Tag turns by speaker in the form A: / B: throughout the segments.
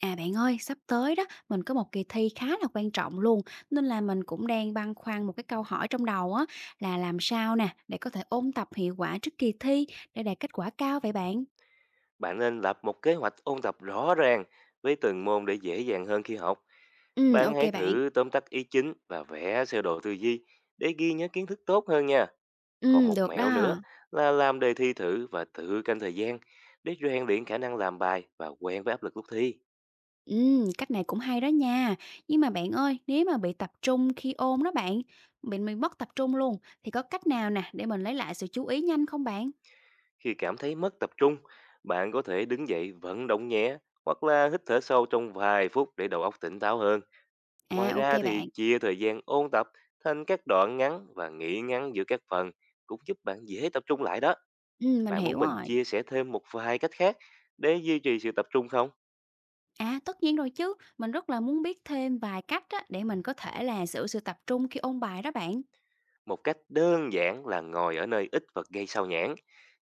A: À bạn ơi, sắp tới đó, mình có một kỳ thi khá là quan trọng luôn, nên là mình cũng đang băn khoăn một cái câu hỏi trong đầu á, là làm sao nè, để có thể ôn tập hiệu quả trước kỳ thi để đạt kết quả cao vậy bạn?
B: Bạn nên lập một kế hoạch ôn tập rõ ràng với từng môn để dễ dàng hơn khi học.
A: Ừ,
B: Bạn
A: ok
B: hãy
A: bạn.
B: thử tóm tắt ý chính và vẽ sơ đồ tư duy để ghi nhớ kiến thức tốt hơn nha. Còn
A: Ừ,
B: một
A: được
B: mẹo nữa
A: đó.
B: là làm đề thi thử và tự canh thời gian để rèn luyện khả năng làm bài và quen với áp lực lúc thi.
A: Ừ, cách này cũng hay đó nha. Nhưng mà bạn ơi, nếu mà bị tập trung khi ôn đó bạn, bị mình mất tập trung luôn, thì có cách nào nè để mình lấy lại sự chú ý nhanh không bạn?
B: Khi cảm thấy mất tập trung, bạn có thể đứng dậy vận động nhẹ hoặc là hít thở sâu trong vài phút để đầu óc tỉnh táo hơn.
A: À,
B: Ngoài
A: ok
B: ra thì
A: bạn.
B: chia thời gian ôn tập thành các đoạn ngắn và nghỉ ngắn giữa các phần cũng giúp bạn dễ tập trung lại đó.
A: Ừ, mình
B: Bạn muốn
A: hiểu
B: mình
A: rồi.
B: chia sẻ thêm một vài cách khác để duy trì sự tập trung không?
A: À, tất nhiên rồi chứ, mình rất là muốn biết thêm vài cách á, để mình có thể là giữ sự tập trung khi ôn bài đó bạn.
B: Một cách đơn giản là ngồi ở nơi ít vật gây sao nhãng,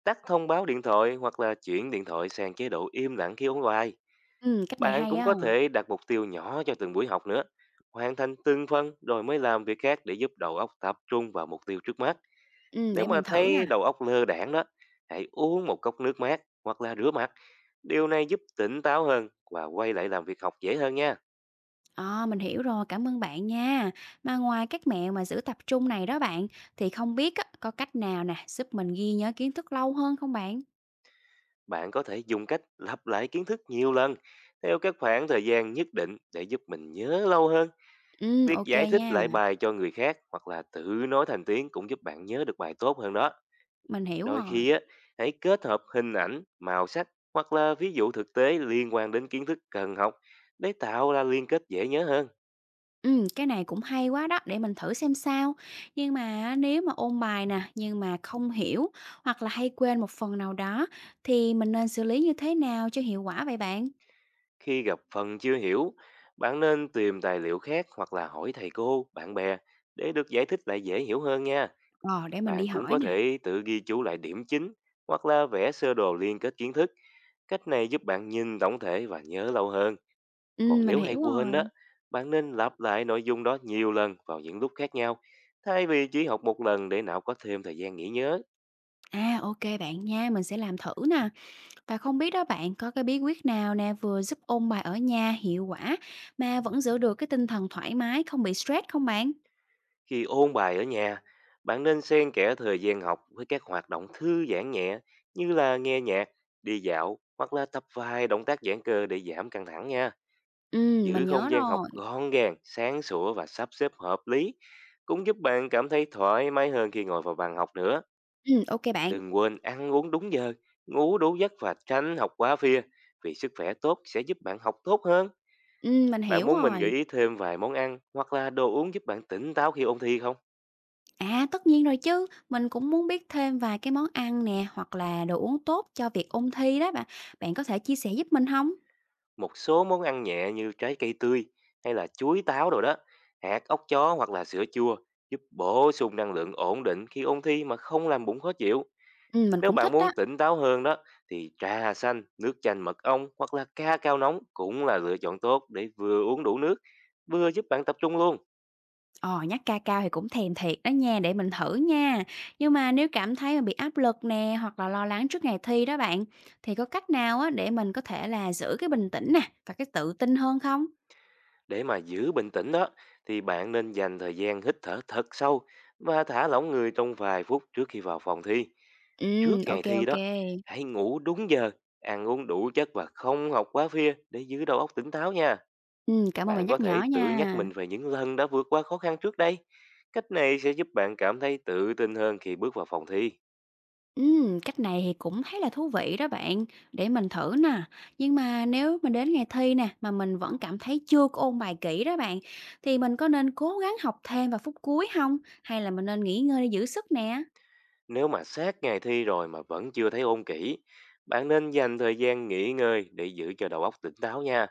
B: tắt thông báo điện thoại hoặc là chuyển điện thoại sang chế độ im lặng khi ôn bài.
A: Cách này
B: Bạn
A: hay
B: cũng
A: á,
B: có thể đặt mục tiêu nhỏ cho từng buổi học nữa, hoàn thành từng phần rồi mới làm việc khác để giúp đầu óc tập trung vào mục tiêu trước mắt. Nếu
A: để
B: mà
A: mình thử
B: thấy
A: nè.
B: đầu óc lơ đãng đó, hãy uống một cốc nước mát hoặc là rửa mặt. Điều này giúp tỉnh táo hơn và quay lại làm việc học dễ hơn nha.
A: À, mình hiểu rồi, cảm ơn bạn nha. Mà ngoài các mẹo mà giữ tập trung này đó bạn, thì không biết á, có cách nào nè giúp mình ghi nhớ kiến thức lâu hơn không bạn?
B: Bạn có thể dùng cách lặp lại kiến thức nhiều lần theo các khoảng thời gian nhất định để giúp mình nhớ lâu hơn. Việc
A: Ok
B: giải thích
A: nha,
B: lại bài cho người khác hoặc là tự nói thành tiếng cũng giúp bạn nhớ được bài tốt hơn đó.
A: mình hiểu
B: Đôi
A: rồi.
B: khi á, hãy kết hợp hình ảnh, màu sắc hoặc là ví dụ thực tế liên quan đến kiến thức cần học để tạo ra liên kết dễ nhớ hơn.
A: Cái này cũng hay quá đó, để mình thử xem sao. Nhưng mà nếu mà ôn bài nè, nhưng mà không hiểu hoặc là hay quên một phần nào đó thì mình nên xử lý như thế nào cho hiệu quả vậy bạn?
B: Khi gặp phần chưa hiểu, bạn nên tìm tài liệu khác hoặc là hỏi thầy cô, bạn bè để được giải thích lại dễ hiểu hơn nha.
A: Ờ, để mình
B: Bạn
A: đi
B: cũng
A: hỏi
B: có
A: nè.
B: thể tự ghi chú lại điểm chính hoặc là vẽ sơ đồ liên kết kiến thức. Cách này giúp bạn nhìn tổng thể và nhớ lâu hơn. Còn
A: Mình
B: nếu hay
A: hiểu
B: quên đó,
A: rồi.
B: bạn nên lặp lại nội dung đó nhiều lần vào những lúc khác nhau, thay vì chỉ học một lần để não có thêm thời gian nghỉ nhớ.
A: À, ok bạn nha, mình sẽ làm thử nè. Và không biết đó bạn có cái bí quyết nào nè vừa giúp ôn bài ở nhà hiệu quả mà vẫn giữ được cái tinh thần thoải mái, không bị stress không bạn?
B: Khi ôn bài ở nhà, bạn nên xen kẽ thời gian học với các hoạt động thư giãn nhẹ như là nghe nhạc, đi dạo hoặc là tập vài động tác giãn cơ để giảm căng thẳng nha.
A: Mình
B: Giữ không
A: nhớ
B: gian học
A: rồi.
B: gọn gàng, sáng sủa và sắp xếp hợp lý cũng giúp bạn cảm thấy thoải mái hơn khi ngồi vào bàn học nữa.
A: Ok bạn.
B: Đừng quên ăn uống đúng giờ, ngủ đủ giấc và tránh học quá phia, vì sức khỏe tốt sẽ giúp bạn học tốt hơn.
A: Mình
B: Bạn
A: hiểu
B: muốn mình gợi
A: rồi.
B: ý thêm vài món ăn hoặc là đồ uống giúp bạn tỉnh táo khi ôn thi không?
A: À, tất nhiên rồi chứ, mình cũng muốn biết thêm vài cái món ăn nè, hoặc là đồ uống tốt cho việc ôn thi đó bạn. Bạn có thể chia sẻ giúp mình không?
B: Một số món ăn nhẹ như trái cây tươi hay là chuối, táo rồi đó, hạt ốc chó hoặc là sữa chua giúp bổ sung năng lượng ổn định khi ôn thi mà không làm bụng khó chịu.
A: Mình
B: Nếu
A: cũng
B: bạn
A: thích đó.
B: muốn tỉnh táo hơn đó thì trà xanh, nước chanh mật ong hoặc là ca cao nóng cũng là lựa chọn tốt, để vừa uống đủ nước, vừa giúp bạn tập trung luôn.
A: Ờ, nhắc ca cao thì cũng thèm thiệt đó nha, để mình thử nha. Nhưng mà nếu cảm thấy mà bị áp lực nè, hoặc là lo lắng trước ngày thi đó bạn, thì có cách nào á để mình có thể là giữ cái bình tĩnh nè, và cái tự tin hơn không?
B: Để mà giữ bình tĩnh đó thì bạn nên dành thời gian hít thở thật sâu và thả lỏng người trong vài phút trước khi vào phòng thi.
A: Ừ,
B: Trước ngày
A: ok
B: thi
A: ok.
B: đó, hãy ngủ đúng giờ, ăn uống đủ chất và không học quá phia để giữ đầu óc tỉnh táo nha.
A: Cảm ơn bạn
B: Bạn có
A: nhắc nhở
B: thể tự nhắc
A: nha.
B: mình về những lần đã vượt qua khó khăn trước đây. Cách này sẽ giúp bạn cảm thấy tự tin hơn khi bước vào phòng thi.
A: Cách này thì cũng thấy là thú vị đó bạn, để mình thử nè. Nhưng mà nếu mà đến ngày thi nè mà mình vẫn cảm thấy chưa có ôn bài kỹ đó bạn, thì mình có nên cố gắng học thêm vào phút cuối không? Hay là mình nên nghỉ ngơi để giữ sức nè?
B: Nếu mà sát ngày thi rồi mà vẫn chưa thấy ôn kỹ, bạn nên dành thời gian nghỉ ngơi để giữ cho đầu óc tỉnh táo nha.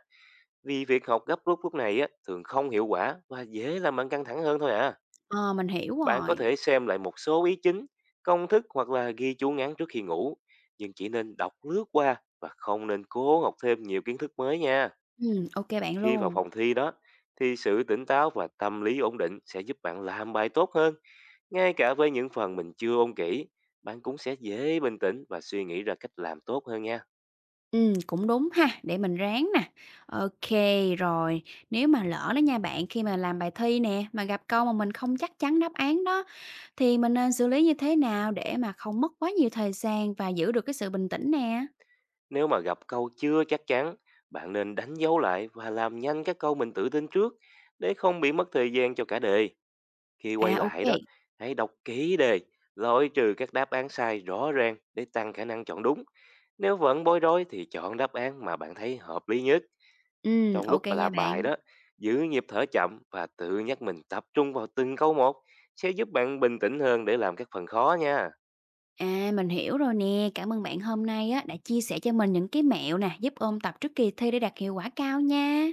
B: Vì việc học gấp rút lúc này á, thường không hiệu quả và dễ làm bạn căng thẳng hơn thôi à.
A: Ờ, mình hiểu
B: Bạn có
A: rồi.
B: thể xem lại một số ý chính, công thức hoặc là ghi chú ngắn trước khi ngủ. Nhưng chỉ nên đọc lướt qua và không nên cố học thêm nhiều kiến thức mới nha.
A: Ok bạn
B: Khi vào
A: luôn.
B: phòng thi đó, thì sự tỉnh táo và tâm lý ổn định sẽ giúp bạn làm bài tốt hơn. Ngay cả với những phần mình chưa ôn kỹ, bạn cũng sẽ dễ bình tĩnh và suy nghĩ ra cách làm tốt hơn nha.
A: Ừ cũng đúng ha, để mình ráng nè. OK rồi, nếu mà lỡ đó nha bạn, khi mà làm bài thi nè, mà gặp câu mà mình không chắc chắn đáp án đó, thì mình nên xử lý như thế nào để mà không mất quá nhiều thời gian và giữ được cái sự bình tĩnh nè?
B: Nếu mà gặp câu chưa chắc chắn, bạn nên đánh dấu lại và làm nhanh các câu mình tự tin trước để không bị mất thời gian cho cả đề. Khi quay
A: À, OK
B: lại đó, hãy đọc kỹ đề, loại trừ các đáp án sai rõ ràng để tăng khả năng chọn đúng. Nếu vẫn bối rối thì chọn đáp án mà bạn thấy hợp lý nhất.
A: ừ
B: Trong lúc
A: OK
B: mà
A: nha
B: làm bài
A: bạn.
B: đó, giữ nhịp thở chậm và tự nhắc mình tập trung vào từng câu một sẽ giúp bạn bình tĩnh hơn để làm các phần khó nha.
A: À, mình hiểu rồi nè, cảm ơn bạn hôm nay á, đã chia sẻ cho mình những cái mẹo nè, giúp ôn tập trước kỳ thi để đạt hiệu quả cao nha.